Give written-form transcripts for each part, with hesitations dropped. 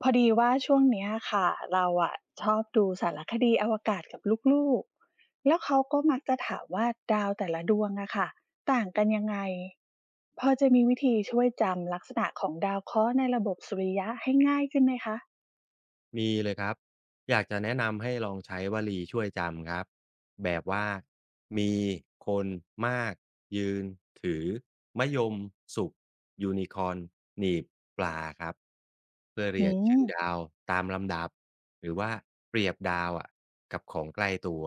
พอดีว่าช่วงเนี้ยค่ะเราอะชอบดูสารคดีอวกาศกับลูกๆแล้วเขาก็มักจะถามว่าดาวแต่ละดวงอะค่ะต่างกันยังไงพอจะมีวิธีช่วยจำลักษณะของดาวเคราะห์ในระบบสุริยะให้ง่ายขึ้นไหมคะมีเลยครับ อยากจะแนะนำให้ลองใช้วลีช่วยจำครับ แบบว่ามีคนมากยืนถือมะยมสุกยูนิคอร์นหนีบปลาครับ เพื่อเรีอืยงมชื่อดาวตามลำดับหรือว่าเปรียบดาวอะกับของใกล้ตัว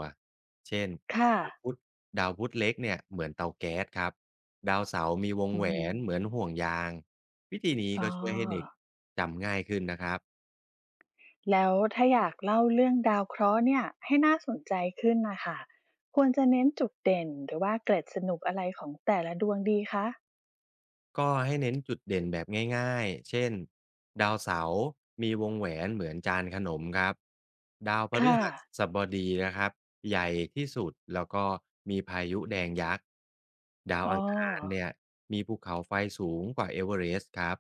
เช่นค่ะดาวพุธดาวพุธเล็กเนี่ยเหมือนเตาแก๊สครับดาวเสาร์มีวงอืแหวมนเหมือนห่วงยางวิธีนี้อ๋อก็ช่วยให้เด็กจำง่ายขึ้นนะครับ แล้วถ้าอยากเล่าเรื่องดาวเคราะห์เนี่ยให้น่าสนใจขึ้นนะคะควรจะเน้นจุดเด่นหรือว่าเกร็ดสนุกอะไรของแต่ละดวงดีคะก็ให้เน้นจุดเด่นแบบง่ายๆ เช่น ดาวเสาร์มีวงแหวนเหมือนจานขนมครับดาวพฤค่ะหัสบดีนะครับใหญ่ที่สุด แล้วก็มีพายุแดงยักษ์ดาวอ๋อ อังคารเนี่ยมีภูเขาไฟสูงกว่าเอเวอเรสต์ครับ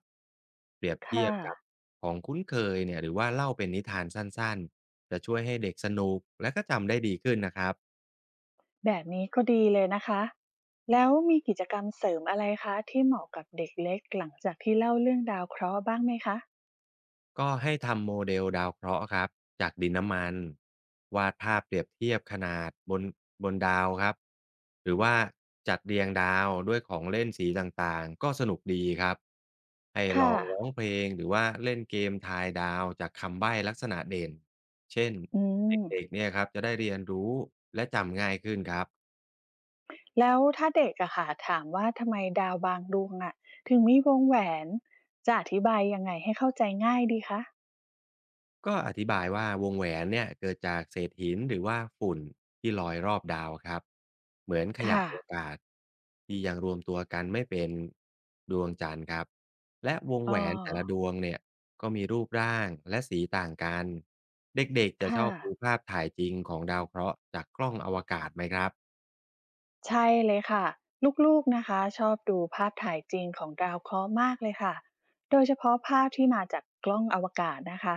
เปรียบเทียค่ะ บกับของคุ้นเคยเนี่ยหรือว่าเล่าเป็นนิทานสั้นๆ จะช่วยให้เด็กสนุกและก็จำได้ดีขึ้นนะครับ แบบนี้ก็ดีเลยนะคะ แล้วมีกิจกรรมเสริมอะไรคะที่เหมาะกับเด็กเล็กหลังจากที่เล่าเรื่องดาวเคราะห์บ้างไหมคะ ก็ให้ทำโมเดลดาวเคราะห์ครับจากดินน้ำมันวาดภาพเปรียบเทียบขนาดบนดาวครับหรือว่าจัดเรียงดาวด้วยของเล่นสีต่างๆก็สนุกดีครับให้ลค่ะ องร้องเพลงหรือว่าเล่นเกมทายดาวจากคำใบ้ลักษณะเด่นเช่นอืเม ด็กๆเนี่ยครับจะได้เรียนรู้และจำง่ายขึ้นครับ แล้วถ้าเด็กอะค่ะถามว่าทำไมดาวบางดวงอะถึงมีวงแหวน จะอธิบายยังไงให้เข้าใจง่ายดีคะ ก็อธิบายว่าวงแหวนเนี่ยเกิดจากเศษหินหรือว่าฝุ่นที่ลอยรอบดาวครับเหมือนขยะค่ะอวกาศที่ยังรวมตัวกันไม่เป็นดวงจันทร์ครับและวงอ๋แหอวนแต่ละดวงเนี่ยก็มีรูปร่างและสีต่างกันเด็กๆจะชค่ะ อบดูภาพถ่ายจริงของดาวเคราะห์จากกล้องอวกาศไหมครับ ใช่เลยค่ะลูกๆนะคะชอบดูภาพถ่ายจริงของดาวเคราะห์มากเลยค่ะโดยเฉพาะภาพที่มาจากกล้องอวกาศนะคะ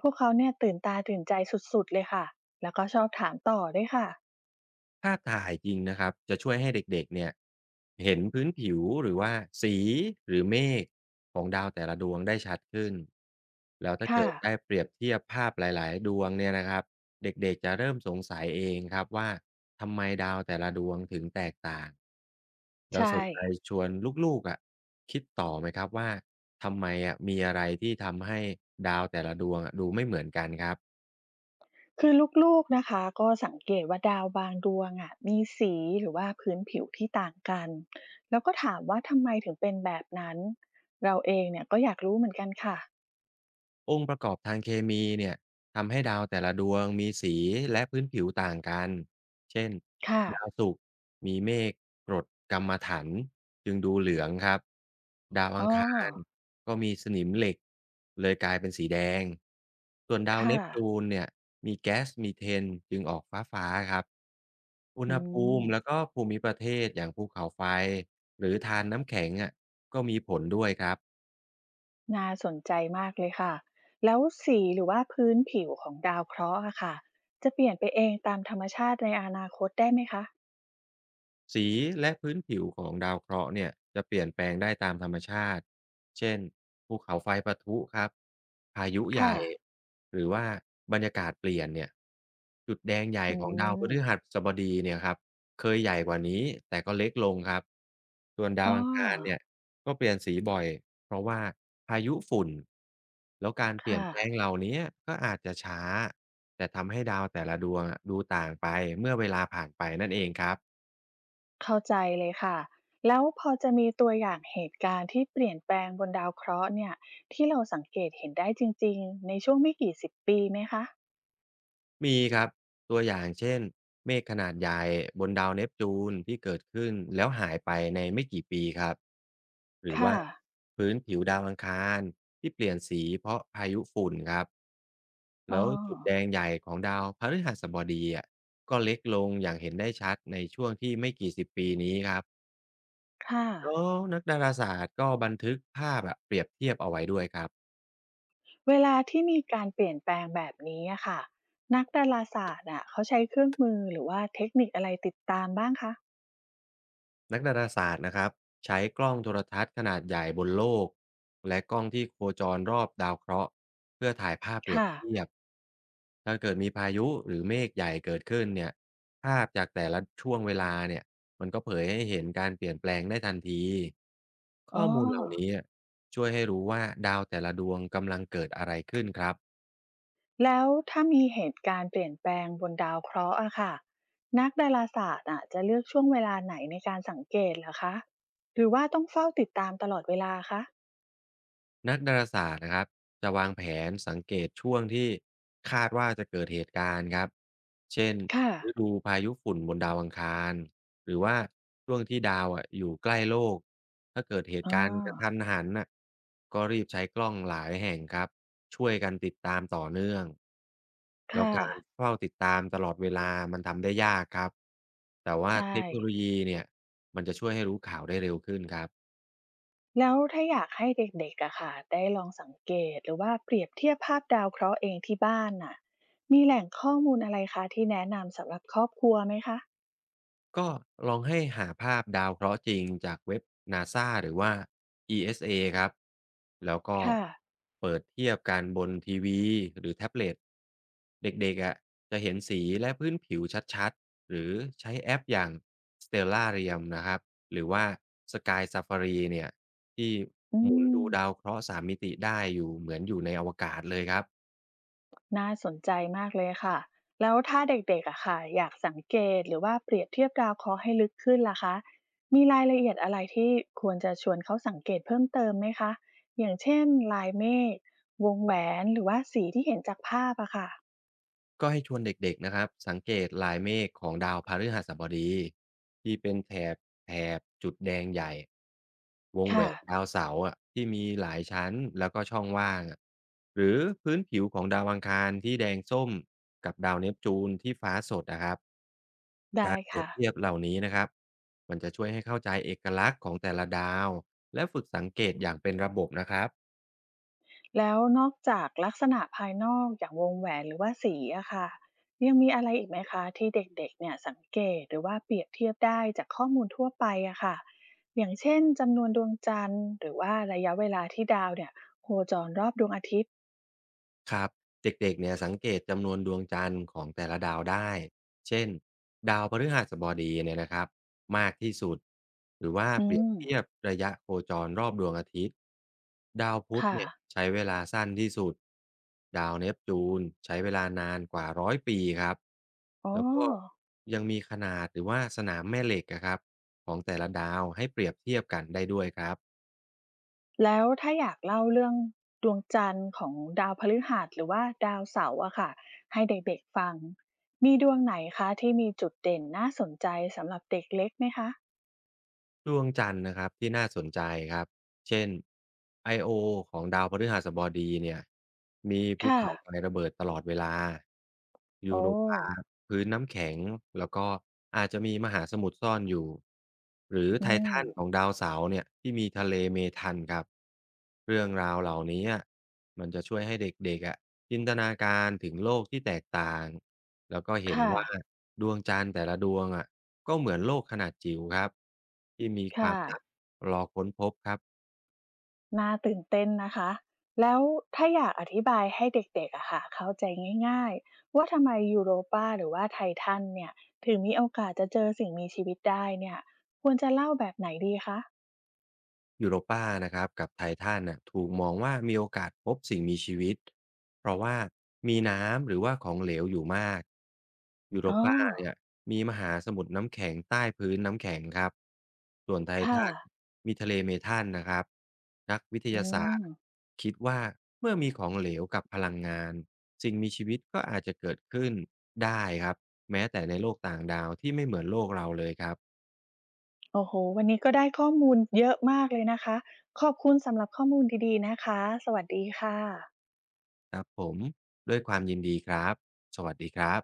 พวกเขาเนี่ยตื่นตาตื่นใจสุดๆเลยค่ะแล้วก็ชอบถามต่อด้วยค่ะภาพถ่ายจริงนะครับจะช่วยให้เด็กๆเนี่ยเห็นพื้นผิวหรือว่าสีหรือเมฆของดาวแต่ละดวงได้ชัดขึ้นแล้วถ้าค่ะเกิดได้เปรียบเทียบภาพหลายๆดวงเนี่ยนะครับเด็กๆจะเริ่มสงสัยเองครับว่าทำไมดาวแต่ละดวงถึงแตกต่างแล้วสใช่นใจชวนลูกๆอะคิดต่อไหมครับว่าทำไมอะมีอะไรที่ทำให้ดาวแต่ละดวงอะดูไม่เหมือนกันครับ คือลูกๆนะคะก็สังเกตว่าดาวบางดวงอ่ะมีสีหรือว่าพื้นผิวที่ต่างกันแล้วก็ถามว่าทำไมถึงเป็นแบบนั้นเราเองเนี่ยก็อยากรู้เหมือนกันค่ะองค์ประกอบทางเคมีเนี่ยทำให้ดาวแต่ละดวงมีสีและพื้นผิวต่างกัน เช่น ค่ะดาวศุกร์มีเมฆกรดกัมมัถันจึงดูเหลืองครับ ดาวอ๋อัองคารก็มีสนิมเหล็กเลยกลายเป็นสีแดง ส่วนดาวเนค่ะปจูนเนี่ยมีแก๊สมีเทนจึงออกฟ้าครับ อุณอืหภูม มิแล้วก็ภูมิประเทศอย่างภูเขาไฟหรือทานน้ำแข็งอ่ะก็มีผลด้วยครับ น่าสนใจมากเลยค่ะแล้วสีหรือว่าพื้นผิวของดาวเคราะห์อะค่ะจะเปลี่ยนไปเองตามธรรมชาติในอนาคตได้ไหมคะสีและพื้นผิวของดาวเคราะห์เนี่ยจะเปลี่ยนแปลงได้ตามธรรมชาติ เช่นภูเขาไฟปะทุครับพายุใหค่ะญ่ หรือว่าบรรยากาศเปลี่ยนเนี่ยจุดแดงใหญ่อืของดาวพมฤหัสบดีเนี่ยครับเคยใหญ่กว่านี้แต่ก็เล็กลงครับส่วนดาอ๋วออังคารเนี่ยก็เปลี่ยนสีบ่อยเพราะว่าพายุฝุ่นแล้วการเปลี่ยนค่ะแปลงเหล่านี้ก็อาจจะช้าแต่ทำให้ดาวแต่ละดวงอะดูต่างไปเมื่อเวลาผ่านไปนั่นเองครับ เข้าใจเลยค่ะแล้วพอจะมีตัวอย่างเหตุการณ์ที่เปลี่ยนแปลงบนดาวเคราะห์เนี่ยที่เราสังเกตเห็นได้จริงๆในช่วงไม่กี่สิบปีไหมคะมีครับตัวอย่างเช่นเมฆขนาดใหญ่บนดาวเนปจูนที่เกิดขึ้นแล้วหายไปในไม่กี่ปีครับหรือว่าค่ะพื้นผิวดาวอังคารที่เปลี่ยนสีเพราะพายุฝุ่นครับอ๋อแล้วจุดแดงใหญ่ของดาวพฤหัสบดีอ่ะก็เล็กลงอย่างเห็นได้ชัดในช่วงที่ไม่กี่สิบปีนี้ครับค่ะ แล้วนักดาราศาสตร์ก็บันทึกภาพอะเปรียบเทียบเอาไว้ด้วยครับ เวลาที่มีการเปลี่ยนแปลงแบบนี้อะค่ะนักดาราศาสตร์อะเขาใช้เครื่องมือหรือว่าเทคนิคอะไรติดตามบ้างคะนักดาราศาสตร์นะครับใช้กล้องโทรทัศน์ขนาดใหญ่บนโลกและกล้องที่โคจรรอบดาวเคราะห์เพื่อถ่ายภาพเปรียบค่ะเทียบถ้าเกิดมีพายุหรือเมฆใหญ่เกิดขึ้นเนี่ยภาพจากแต่ละช่วงเวลาเนี่ยมันก็เผยให้เห็นการเปลี่ยนแปลงได้ทันทีข้อ๋ออมูลเหล่านี้ช่วยให้รู้ว่าดาวแต่ละดวงกำลังเกิดอะไรขึ้นครับ แล้วถ้ามีเหตุการณ์เปลี่ยนแปลงบนดาวเคราะห์อะค่ะนักดาราศาสตร์อะจะเลือกช่วงเวลาไหนในการสังเกตเหรอคะหรือว่าต้องเฝ้าติดตามตลอดเวลาคะนักดาราศาสตร์นะครับจะวางแผนสังเกตช่วงที่คาดว่าจะเกิดเหตุการณ์ครับเช่นค่ะฤดูพายุฝุ่นบนดาวอังคารหรือว่าช่วงที่ดาวอะอยู่ใกล้โลกถ้าเกิดเหตุอ๋อการณ์กระทันหันน่ะก็รีบใช้กล้องหลายแห่งครับช่วยกันติดตามต่อเนื่องแล้วค่ะการเฝ้าติดตามตลอดเวลามันทำได้ยากครับแต่ว่าใช่ เทคโนโลยีเนี่ยมันจะช่วยให้รู้ข่าวได้เร็วขึ้นครับ แล้วถ้าอยากให้เด็กๆอะค่ะได้ลองสังเกตหรือว่าเปรียบเทียบภาพดาวเคราะห์เองที่บ้านน่ะมีแหล่งข้อมูลอะไรคะที่แนะนำสำหรับครอบครัวไหมคะก็ลองให้หาภาพดาวเคราะห์จริงจากเว็บ NASA หรือว่า ESA ครับ แล้วก็ค่ะเปิดเทียบกันบนทีวีหรือแท็บเล็ตเด็กๆอะจะเห็นสีและพื้นผิวชัดๆ หรือใช้แอปอย่าง Stellarium นะครับหรือว่า Sky Safari เนี่ยที่อืหมุนมดูดาวเคราะห์สามมิติได้อยู่เหมือนอยู่ในอวกาศเลยครับ น่าสนใจมากเลยค่ะแล้วถ้าเด็กๆอะค่ะอยากสังเกตหรือว่าเปรียบเทียบดาวเคราะห์ให้ลึกขึ้นล่ะคะมีรายละเอียดอะไรที่ควรจะชวนเขาสังเกตเพิ่มเติมไหมคะอย่างเช่นลายเมฆวงแหวนหรือว่าสีที่เห็นจากภาพอะค่ะก็ให้ชวนเด็กๆนะครับสังเกตลายเมฆของดาวพฤหัสบดีที่เป็นแถบแถบจุดแดงใหญ่วงแหวค่ะนดาวเสาร์อ่ะที่มีหลายชั้นแล้วก็ช่องว่างอะหรือพื้นผิวของดาวอังคารที่แดงส้มกับดาวเนปจูนที่ฟ้าสดนะครับได้การเปรียค่ะ บเทียบเหล่านี้นะครับมันจะช่วยให้เข้าใจเอกลักษณ์ของแต่ละดาวและฝึกสังเกตอย่างเป็นระบบนะครับ แล้วนอกจากลักษณะภายนอกอย่างวงแหวนหรือว่าสีอะค่ะยังมีอะไรอีกไหมคะที่เด็กๆเนี่ยสังเกตหรือว่าเปรียบเทียบได้จากข้อมูลทั่วไปอะค่ะอย่างเช่นจำนวนดวงจันทร์หรือว่าระยะเวลาที่ดาวเนี่ยโคจรรอบดวงอาทิตย์ครับเด็กๆเนี่ยสังเกตจำนวนดวงจันทร์ของแต่ละดาวได้เช่นดาวพฤหัสบดีเนี่ยนะครับมากที่สุดหรือว่าอืเปรียบมเทียบระยะโคจรรอบดวงอาทิตย์ดาวพุธค่ะเนี่ยใช้เวลาสั้นที่สุดดาวเนปจูนใช้เวลานานกว่าร้อยปีครับอ๋อแล้วก็ยังมีขนาดหรือว่าสนามแม่เหล็กอะครับของแต่ละดาวให้เปรียบเทียบกันได้ด้วยครับ แล้วถ้าอยากเล่าเรื่องดวงจันทร์ของดาวพฤหัสหรือว่าดาวเสาร์อะค่ะให้เด็กๆฟังมีดวงไหนคะที่มีจุดเด่นน่าสนใจสำหรับเด็กเล็กไหมคะ ดวงจันทร์นะครับที่น่าสนใจครับเช่น I.O. ของดาวพฤหัสบดีเนี่ยมีภูค่ะ เขาไฟระเบิดตลอดเวลายูโอ้โร อพื้นน้ำแข็งแล้วก็อาจจะมีมหาสมุทรซ่อนอยู่หรือไทอืม ทันของดาวเสาร์เนี่ยที่มีทะเลเมทันครับเรื่องราวเหล่านี้อะมันจะช่วยให้เด็กๆอะจินตนาการถึงโลกที่แตกต่างแล้วก็เห็นค่ะ ว่าดวงจันทร์แต่ละดวงอะก็เหมือนโลกขนาดจิ๋วครับที่มีควาค่ะมลับรอค้นพบครับ น่าตื่นเต้นนะคะ แล้วถ้าอยากอธิบายให้เด็กๆอะค่ะเข้าใจง่ายๆ ว่าทำไมยูโรปาหรือว่าไททันเนี่ย ถึงมีโอกาสจะเจอสิ่งมีชีวิตได้เนี่ย ควรจะเล่าแบบไหนดีคะ ยูโรปานะครับกับไททันน่ะถูกมองว่ามีโอกาสพบสิ่งมีชีวิตเพราะว่ามีน้ำหรือว่าของเหลวอยู่มากยูโรอ๋อ ปาเนี่ยมีมหาสมุทรน้ำแข็งใต้พื้นน้ำแข็งครับส่วนไทค่ะทันมีทะเลเมทันนะครับนักวิทอืยาศาสมตร์คิดว่าเมื่อมีของเหลวกับพลังงานสิ่งมีชีวิตก็อาจจะเกิดขึ้นได้ครับแม้แต่ในโลกต่างดาวที่ไม่เหมือนโลกเราเลยครับโอ้โฮวันนี้ก็ได้ข้อมูลเยอะมากเลยนะคะ ขอบคุณสำหรับข้อมูลดีๆนะคะ สวัสดีค่ะครับผมด้วยความยินดีครับสวัสดีครับ